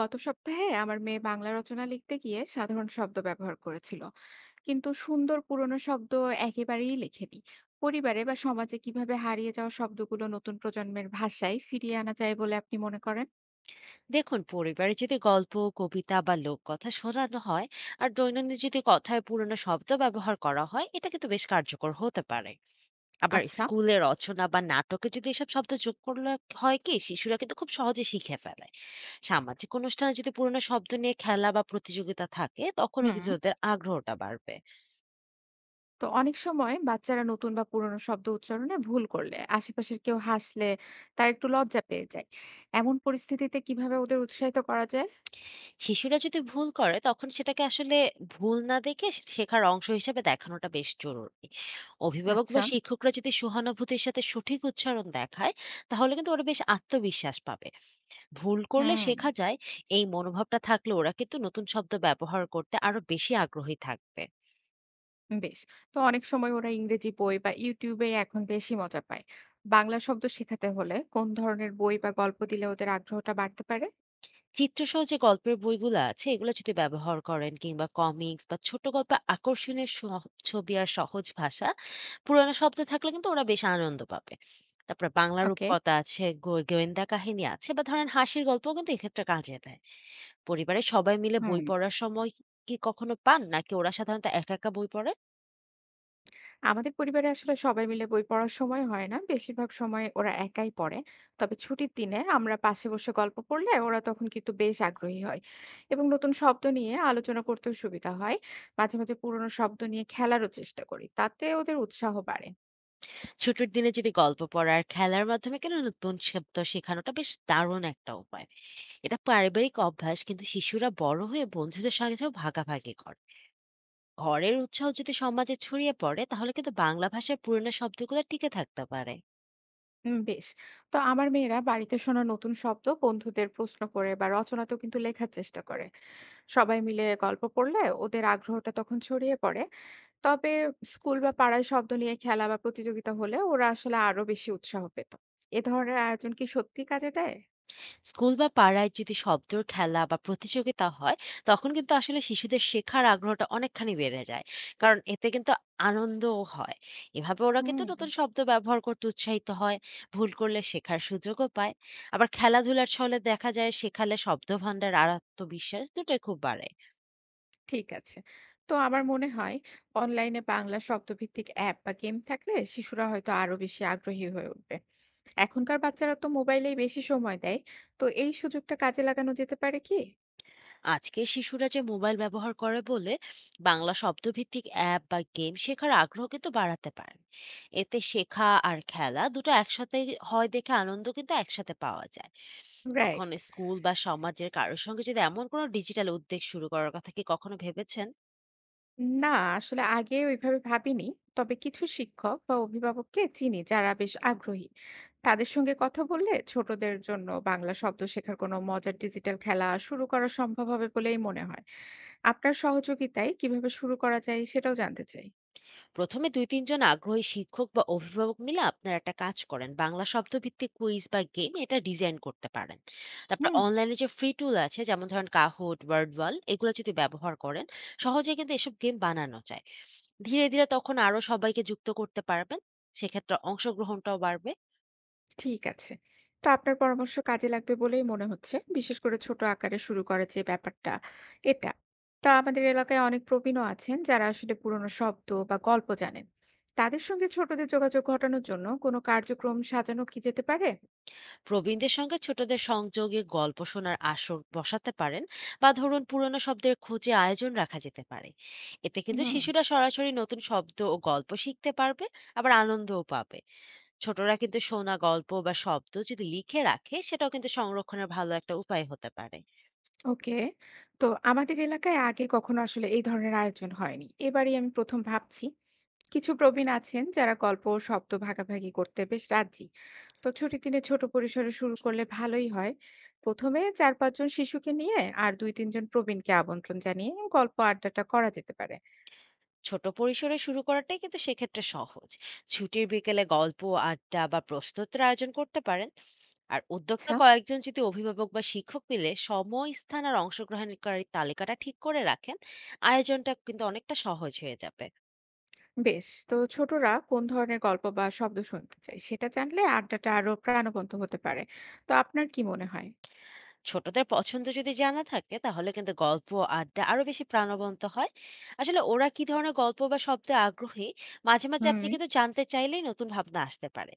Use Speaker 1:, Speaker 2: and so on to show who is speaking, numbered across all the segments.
Speaker 1: গত সপ্তাহে আমার মেয়ে বাংলা রচনা লিখতে গিয়ে সাধারণ শব্দ ব্যবহার করেছিল, কিন্তু সুন্দর পুরনো শব্দ একেবারেই লেখেনি। পরিবারে বা সমাজে কিভাবে হারিয়ে যাওয়া শব্দগুলো নতুন প্রজন্মের ভাষায় ফিরিয়ে আনা যায় বলে আপনি মনে করেন?
Speaker 2: দেখুন, পরিবারে যদি গল্প, কবিতা বা লোককথা শোনানো হয়, আর দৈনন্দিন যদি কথায় পুরনো শব্দ ব্যবহার করা হয়, এটা কিন্তু বেশ কার্যকর হতে পারে। আবার
Speaker 1: আচ্ছা।
Speaker 2: স্কুলে রচনা বা নাটকে যদি এসব শব্দ যোগ করলে হয়, কি শিশুরা কিন্তু খুব সহজে শিখে ফেলে। সামাজিক অনুষ্ঠানে যদি পুরনো শব্দ নিয়ে খেলা বা প্রতিযোগিতা থাকে, তখনও
Speaker 1: হুম।
Speaker 2: কিন্তু ওদের আগ্রহটা বাড়বে।
Speaker 1: তো অনেক সময় বাচ্চারা নতুন বা পুরনো শব্দ উচ্চারণে ভুল করলে আশেপাশের কেউ হাসলে তার একটু লজ্জা পেয়ে যায়। এমন পরিস্থিতিতে কিভাবে ওদের উৎসাহিত করা যায়?
Speaker 2: শিশুরা যদি ভুল করে, তখন সেটাকে আসলে ভুল না দেখে শেখার অংশ হিসেবে দেখানোটা বেশ জরুরি। অভিভাবক
Speaker 1: আচ্ছা।
Speaker 2: বা শিক্ষকরা যদি সহানুভূতির সাথে সঠিক উচ্চারণ দেখায়, তাহলে কিন্তু ওরা বেশ আত্মবিশ্বাস পাবে। ভুল করলে
Speaker 1: হুম।
Speaker 2: শেখা যায়, এই মনোভাবটা থাকলে ওরা কিন্তু নতুন শব্দ ব্যবহার করতে আরো বেশি আগ্রহী থাকবে।
Speaker 1: বেশ। তো অনেক সময় ওরা ইংরেজি বই বা YouTube এ এখন বেশি মজা পায়। বাংলা শব্দ শেখাতে হলে কোন ধরনের বই বা গল্প দিলে ওদের আগ্রহটা বাড়তে পারে?
Speaker 2: চিত্রসহ যে গল্পের বইগুলো আছে, এগুলো যদি ব্যবহার করেন, কিংবা কমিক্স বা ছোট গল্পে আকর্ষণীয় ছবি আর সহজ ভাষা, পুরানো শব্দ থাকলে কিন্তু ওরা বেশ আনন্দ পাবে। তারপরে বাংলা
Speaker 1: ওকে।
Speaker 2: রূপকথা আছে, গোয়েন্দা কাহিনী আছে, বা ধরেন হাসির গল্পও কিন্তু এক্ষেত্রে কাজে দেয়। পরিবারের সবাই মিলে
Speaker 1: হুম।
Speaker 2: বই পড়ার সময় কি কখনো পান, নাকি ওরা সাধারণত একা একা বই পড়ে?
Speaker 1: আমাদের পরিবারে আসলে সবাই মিলে বই পড়ার সময় হয় না, বেশিরভাগ সময় ওরা একাই পড়ে। তবে ছুটির দিনে আমরা পাশে বসে গল্প পড়লে ওরা তখন কিন্তু বেশ আগ্রহী হয়, এবং নতুন শব্দ নিয়ে আলোচনা করতেও সুবিধা হয়। মাঝে মাঝে পুরনো শব্দ নিয়ে খেলারও চেষ্টা করি, তাতে ওদের উৎসাহ বাড়ে।
Speaker 2: ছুটির দিনে যদি গল্প পড়ার খেলার মাধ্যমে কেন নতুন শব্দ শেখানোটা বেশ দারুণ একটা উপায়। এটা পারিবারিক অভ্যাস, কিন্তু শিশুরা বড় হয়ে বন্ধুদের সঙ্গেও ভাগাভাগি করে। ঘরের উৎসাহ যদি সমাজে ছড়িয়ে পড়ে, তাহলে কিন্তু বাংলা ভাষার পুরনো শব্দগুলো টিকে থাকতে পারে।
Speaker 1: বেশ। তো আমার মেয়েরা বাড়িতে শোনা নতুন শব্দ বন্ধুদের প্রশ্ন করে বা রচনাতেও কিন্তু লেখার চেষ্টা করে। সবাই মিলে গল্প পড়লে ওদের আগ্রহটা তখন ছড়িয়ে পড়ে। তবে স্কুল বা পাড়ায় শব্দ নিয়ে খেলা বা প্রতিযোগিতা হলে ওরা আসলে আরো বেশি উৎসাহ পেত। এ ধরনের আয়োজন কি সত্যি কাজে দেয়?
Speaker 2: স্কুল বা পাড়ায় যদি শব্দর খেলা বা প্রতিযোগিতা হয়, তখন কিন্তু আসলে শিশুদের শেখার আগ্রহটা অনেকখানি বেড়ে যায়। কারণ এতে কিন্তু আনন্দও হয়। এভাবে ওরা
Speaker 1: হুম।
Speaker 2: কিন্তু নতুন শব্দ ব্যবহার করতে উৎসাহিত হয়, ভুল করলে শেখার সুযোগও পায়। আবার খেলাধুলার ছলে দেখা যায়, শেখালে শব্দ ভাণ্ডার আর আত্মবিশ্বাস দুটোই খুব বাড়ে।
Speaker 1: ঠিক আছে। তো আমার মনে হয় অনলাইনে বাংলা শব্দভিত্তিক অ্যাপ বা গেম থাকলে শিশুরা হয়তো আরো বেশি আগ্রহী হয়ে উঠবে। এখনকার বাচ্চারা তো মোবাইলেই বেশি সময় দেয়। তো এই সুযোগটা কাজে লাগানো যেতে পারে কি?
Speaker 2: আজকের শিশুরা যে মোবাইল ব্যবহার করে বলে, বাংলা শব্দভিত্তিক অ্যাপ বা গেম শেখার আগ্রহ কিন্তু বাড়াতে পারেন। এতে শেখা আর খেলা দুটো একসাথে হয় দেখে আনন্দ কিন্তু একসাথে পাওয়া যায়। তখন
Speaker 1: রাইট।
Speaker 2: স্কুল বা সমাজের কারোর সঙ্গে যদি এমন কোনো ডিজিটাল উদ্যোগ শুরু করার কথা কি কখনো ভেবেছেন?
Speaker 1: না, আসলে আগে ওইভাবে ভাবিনি। তবে কিছু শিক্ষক বা অভিভাবককে চিনি যারা বেশ আগ্রহী। তাদের সঙ্গে কথা বললে ছোটদের জন্য বাংলা শব্দ শেখার কোনো মজার ডিজিটাল খেলা শুরু করা সম্ভব হবে বলেই মনে হয়। আপনার সহযোগিতায় কিভাবে শুরু করা যায় সেটাও জানতে চাই।
Speaker 2: প্রথমে দুই তিনজন আগ্রহী শিক্ষক বা অভিভাবক মিলে আপনারা একটা কাজ করেন, বাংলা শব্দভিত্তিক কুইজ বা গেম এটা ডিজাইন করতে পারেন। তারপর
Speaker 1: হুম।
Speaker 2: অনলাইনে যে ফ্রি টুল আছে, যেমন ধরেন কাহুট, ওয়ার্ড ওয়াল, এগুলো যদি ব্যবহার করেন, সহজে কিন্তু এসব গেম বানানো যায়। ধীরে ধীরে তখন আরো সবাইকে যুক্ত করতে পারবেন, সেক্ষেত্রে অংশগ্রহণটাও বাড়বে।
Speaker 1: ঠিক আছে। তো আপনার পরামর্শ কাজে লাগবে বলেই মনে হচ্ছে। বিশেষ করে ছোট আকারে শুরু করার যে ব্যাপারটা, এটা। তা আমাদের এলাকায় অনেক প্রবীণও আছেন যারা আসলে পুরনো শব্দ বা গল্প জানেন। তাদের সঙ্গে ছোটদের যোগাযোগ ঘটানোর জন্য কোনো কার্যক্রম সাজানো কি যেতে পারে?
Speaker 2: প্রবীণদের সঙ্গে ছোটদের সংযোগে গল্প শোনার আসর বসাতে পারেন, বা ধরুন পুরনো শব্দের খোঁজে আয়োজন রাখা যেতে পারে। এতে কিন্তু
Speaker 1: হুম।
Speaker 2: শিশুরা সরাসরি নতুন শব্দ ও গল্প শিখতে পারবে, আবার আনন্দও পাবে। ছোটরা কিন্তু শোনা গল্প বা শব্দ যদি লিখে রাখে, সেটাও কিন্তু সংরক্ষণের ভালো একটা উপায় হতে পারে।
Speaker 1: ওকে। তো আমাদের এলাকায় আগে কখনো আসলে এই ধরনের আয়োজন হয়নি। এবারই আমি ১ম ভাবছি। কিছু প্রবীণ আছেন যারা গল্প ও শব্দ ভাগাভাগি করতে বেশ রাজি। তো ছুটির দিনে ছোট পরিসরে শুরু করলে ভালোই হয়। প্রথমে চার পাঁচজন শিশুকে নিয়ে আর দুই তিনজন প্রবীণকে আমন্ত্রণ জানিয়ে গল্প আড্ডাটা করা যেতে পারে।
Speaker 2: ছোট পরিসরে শুরু করাটাই কিন্তু সেক্ষেত্রে সহজ। ছুটির বিকেলে গল্প আড্ডা বা প্রশ্নোত্তর আয়োজন করতে পারেন। আর উদ্যোক্তা
Speaker 1: আচ্ছা।
Speaker 2: কয়েকজন যদি অভিভাবক বা শিক্ষক মিলে সময়, স্থান আর অংশগ্রহণকারীর তালিকাটা ঠিক করে রাখেন, আয়োজনটা কিন্তু অনেকটা সহজ হয়ে যাবে।
Speaker 1: বেশ, তো ছোটরা কোন ধরনের গল্প বা শব্দ শুনতে চায় সেটা জানলে আড্ডাটা আরো প্রাণবন্ত হতে পারে। তো আপনার কি মনে হয়?
Speaker 2: ছোটদের পছন্দ যদি জানা থাকে, তাহলে কিন্তু গল্প আড্ডা আরো বেশি প্রাণবন্ত হয়। আসলে ওরা কি ধরনের গল্প বা শব্দে আগ্রহী, মাঝে মাঝে
Speaker 1: হুম।
Speaker 2: আপনি কিন্তু জানতে চাইলেই নতুন ভাবনা আসতে পারে।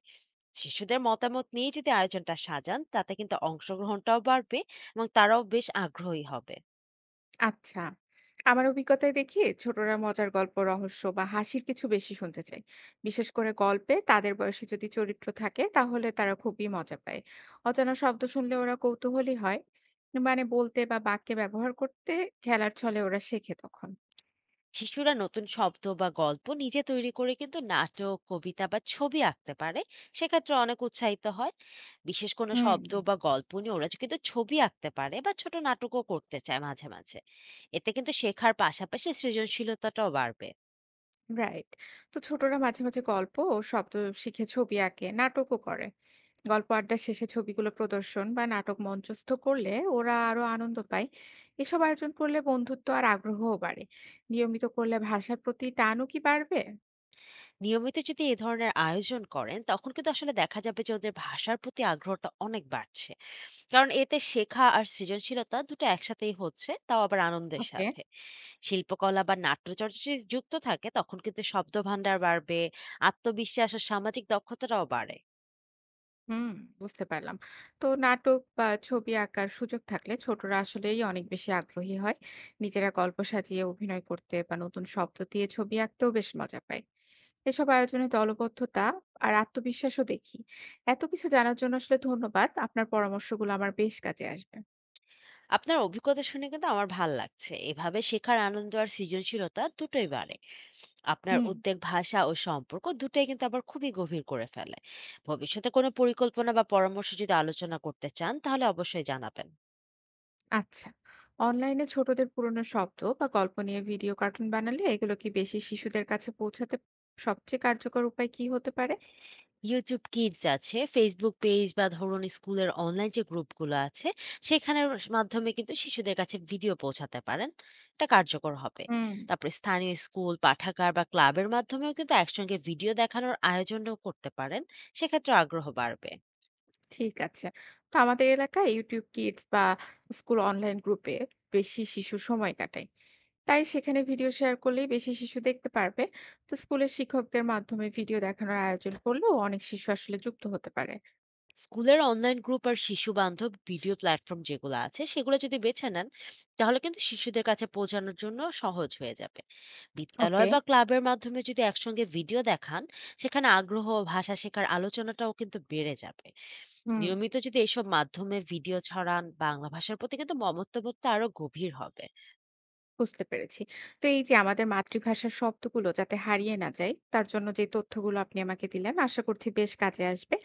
Speaker 2: শিশুদের মতামত নিয়ে যদি আয়োজনটা সাজান, তাতে কিন্তু অংশগ্রহণটাও বাড়বে, এবং তারাও বেশ আগ্রহী হবে।
Speaker 1: আচ্ছা। আমার অভিজ্ঞতায় দেখি ছোটরা মজার গল্প, রহস্য বা হাসির কিছু বেশি শুনতে চায়। বিশেষ করে গল্পে তাদের বয়সী যদি চরিত্র থাকে তাহলে তারা খুবই মজা পায়। অজানা শব্দ শুনলে ওরা কৌতূহলী হয়, মানে বলতে বা বাক্যে ব্যবহার করতে। খেলার ছলে ওরা শেখে তখন।
Speaker 2: শিশুরা নতুন শব্দ বা গল্প নিজে তৈরি করে কিন্তু নাটক, কবিতা বা ছবি আঁকতে পারে, সেক্ষেত্রে অনেক উৎসাহিত হয়। বিশেষ কোনো
Speaker 1: হুম।
Speaker 2: শব্দ বা গল্প নিয়ে ওরা কিন্তু ছবি আঁকতে পারে বা ছোট নাটকও করতে চায় মাঝে মাঝে। এতে কিন্তু শেখার পাশাপাশি সৃজনশীলতাটাও বাড়বে।
Speaker 1: রাইট। তো ছোটরা মাঝে মাঝে গল্প ও শব্দ শিখে ছবি আঁকে, নাটকও করে। গল্প আড্ডা শেষে ছবিগুলো প্রদর্শন বা নাটক মঞ্চস্থ করলে ওরা আরো আনন্দ পায়। এসব আয়োজন করলে বন্ধুত্ব আর আগ্রহও বাড়ে। নিয়মিত করলে ভাষার প্রতি টানও কি বাড়বে?
Speaker 2: নিয়মিত যদি এ ধরনের আয়োজন করেন, তখন কিন্তু আসলে দেখা যাবে যে ওদের ভাষার প্রতি আগ্রহটা অনেক বাড়ছে। কারণ এতে শেখা আর সৃজনশীলতা দুটো একসাথেই হচ্ছে, তাও আবার আনন্দের
Speaker 1: ওকে।
Speaker 2: সাথে। শিল্পকলা বা নাট্যচর্চা যদি যুক্ত থাকে, তখন কিন্তু শব্দ ভান্ডার বাড়বে, আত্মবিশ্বাস আর সামাজিক দক্ষতাটাও বাড়ে।
Speaker 1: হুম। বুঝতে পারলাম। তো নাটক বা ছবি আঁকার সুযোগ থাকলে ছোটরা আসলেই অনেক বেশি আগ্রহী হয়। নিজেরা গল্প সাজিয়ে অভিনয় করতে বা নতুন শব্দ দিয়ে ছবি আঁকতেও বেশ মজা পায়। এসব আয়োজনে দলবদ্ধতা আর আত্মবিশ্বাসও দেখি। এত কিছু জানার জন্য আসলে ধন্যবাদ, আপনার পরামর্শগুলো আমার বেশ কাজে আসবে।
Speaker 2: আপনার অভিজ্ঞতা শুনে কিন্তু আমার ভাল লাগছে, এভাবে শেখার আনন্দ আর সৃজনশীলতা দুটোই বাড়ে। আপনার
Speaker 1: হুম।
Speaker 2: উদ্বেগ ভাষা ও সম্পর্ক দুটোই কিন্তু আবার খুবই গভীর করে ফেলে। ভবিষ্যতে কোনো পরিকল্পনা বা পরামর্শ যদি আলোচনা করতে চান, তাহলে অবশ্যই জানাবেন।
Speaker 1: আচ্ছা, অনলাইনে ছোটদের পুরনো শব্দ বা গল্প নিয়ে ভিডিও কার্টুন বানালে এগুলো কি বেশি শিশুদের কাছে পৌঁছাতে সবচেয়ে কার্যকর উপায় কি হতে পারে?
Speaker 2: YouTube Kids আছে, Facebook পেজ বা ধরুন স্কুলের অনলাইন যে গ্রুপগুলো আছে, সেখানের মাধ্যমে কিন্তু শিশুদের কাছে ভিডিও পৌঁছাতে পারেন। এটা কার্যকর হবে।
Speaker 1: হুম।
Speaker 2: তারপরে স্থানীয় স্কুল, পাঠাগার বা ক্লাবের মাধ্যমেও কিন্তু একসঙ্গে ভিডিও দেখানোর আয়োজনও করতে পারেন। সেক্ষেত্রে আগ্রহ বাড়বে।
Speaker 1: ঠিক আছে। তো আমাদের এলাকায় ইউটিউব কিডস বা স্কুল অনলাইন গ্রুপে বেশি শিশু সময় কাটায়, তাই সেখানে ভিডিও শেয়ার করলেই বেশি শিশু দেখতে পারবে। তো স্কুলের শিক্ষকদের মাধ্যমে ভিডিও দেখানোর আয়োজন করলেও অনেক শিশু আসলে যুক্ত হতে পারে।
Speaker 2: স্কুলের অনলাইন গ্রুপ আর শিশু বান্ধব ভিডিও প্ল্যাটফর্ম যেগুলো আছে, সেগুলো যদি বেছে নেন, তাহলে কিন্তু শিশুদের কাছে পৌঁছানোর জন্য সহজ হয়ে যাবে।
Speaker 1: ওকে।
Speaker 2: বিদ্যালয় বা ক্লাবের মাধ্যমে যদি একসঙ্গে ভিডিও দেখান, সেখানে আগ্রহ ও ভাষা শেখার আলোচনাটাও কিন্তু বেড়ে যাবে।
Speaker 1: হুম।
Speaker 2: নিয়মিত যদি এইসব মাধ্যমে ভিডিও ছড়ান, বাংলা ভাষার প্রতি কিন্তু মমত্ববোধটা আরো গভীর হবে।
Speaker 1: বুঝতে পেরেছি। তো এই যে আমাদের মাতৃভাষার শব্দগুলো যাতে হারিয়ে না যায়, তার জন্য যে তথ্যগুলো আপনি আমাকে দিলেন আশা করছি বেশ কাজে আসবে।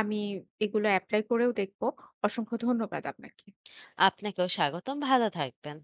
Speaker 1: আমি এগুলো এপ্লাই করেও দেখব। অসংখ্য ধন্যবাদ আপনাকে।
Speaker 2: আপনাকেও স্বাগতম, ভালো থাকবেন।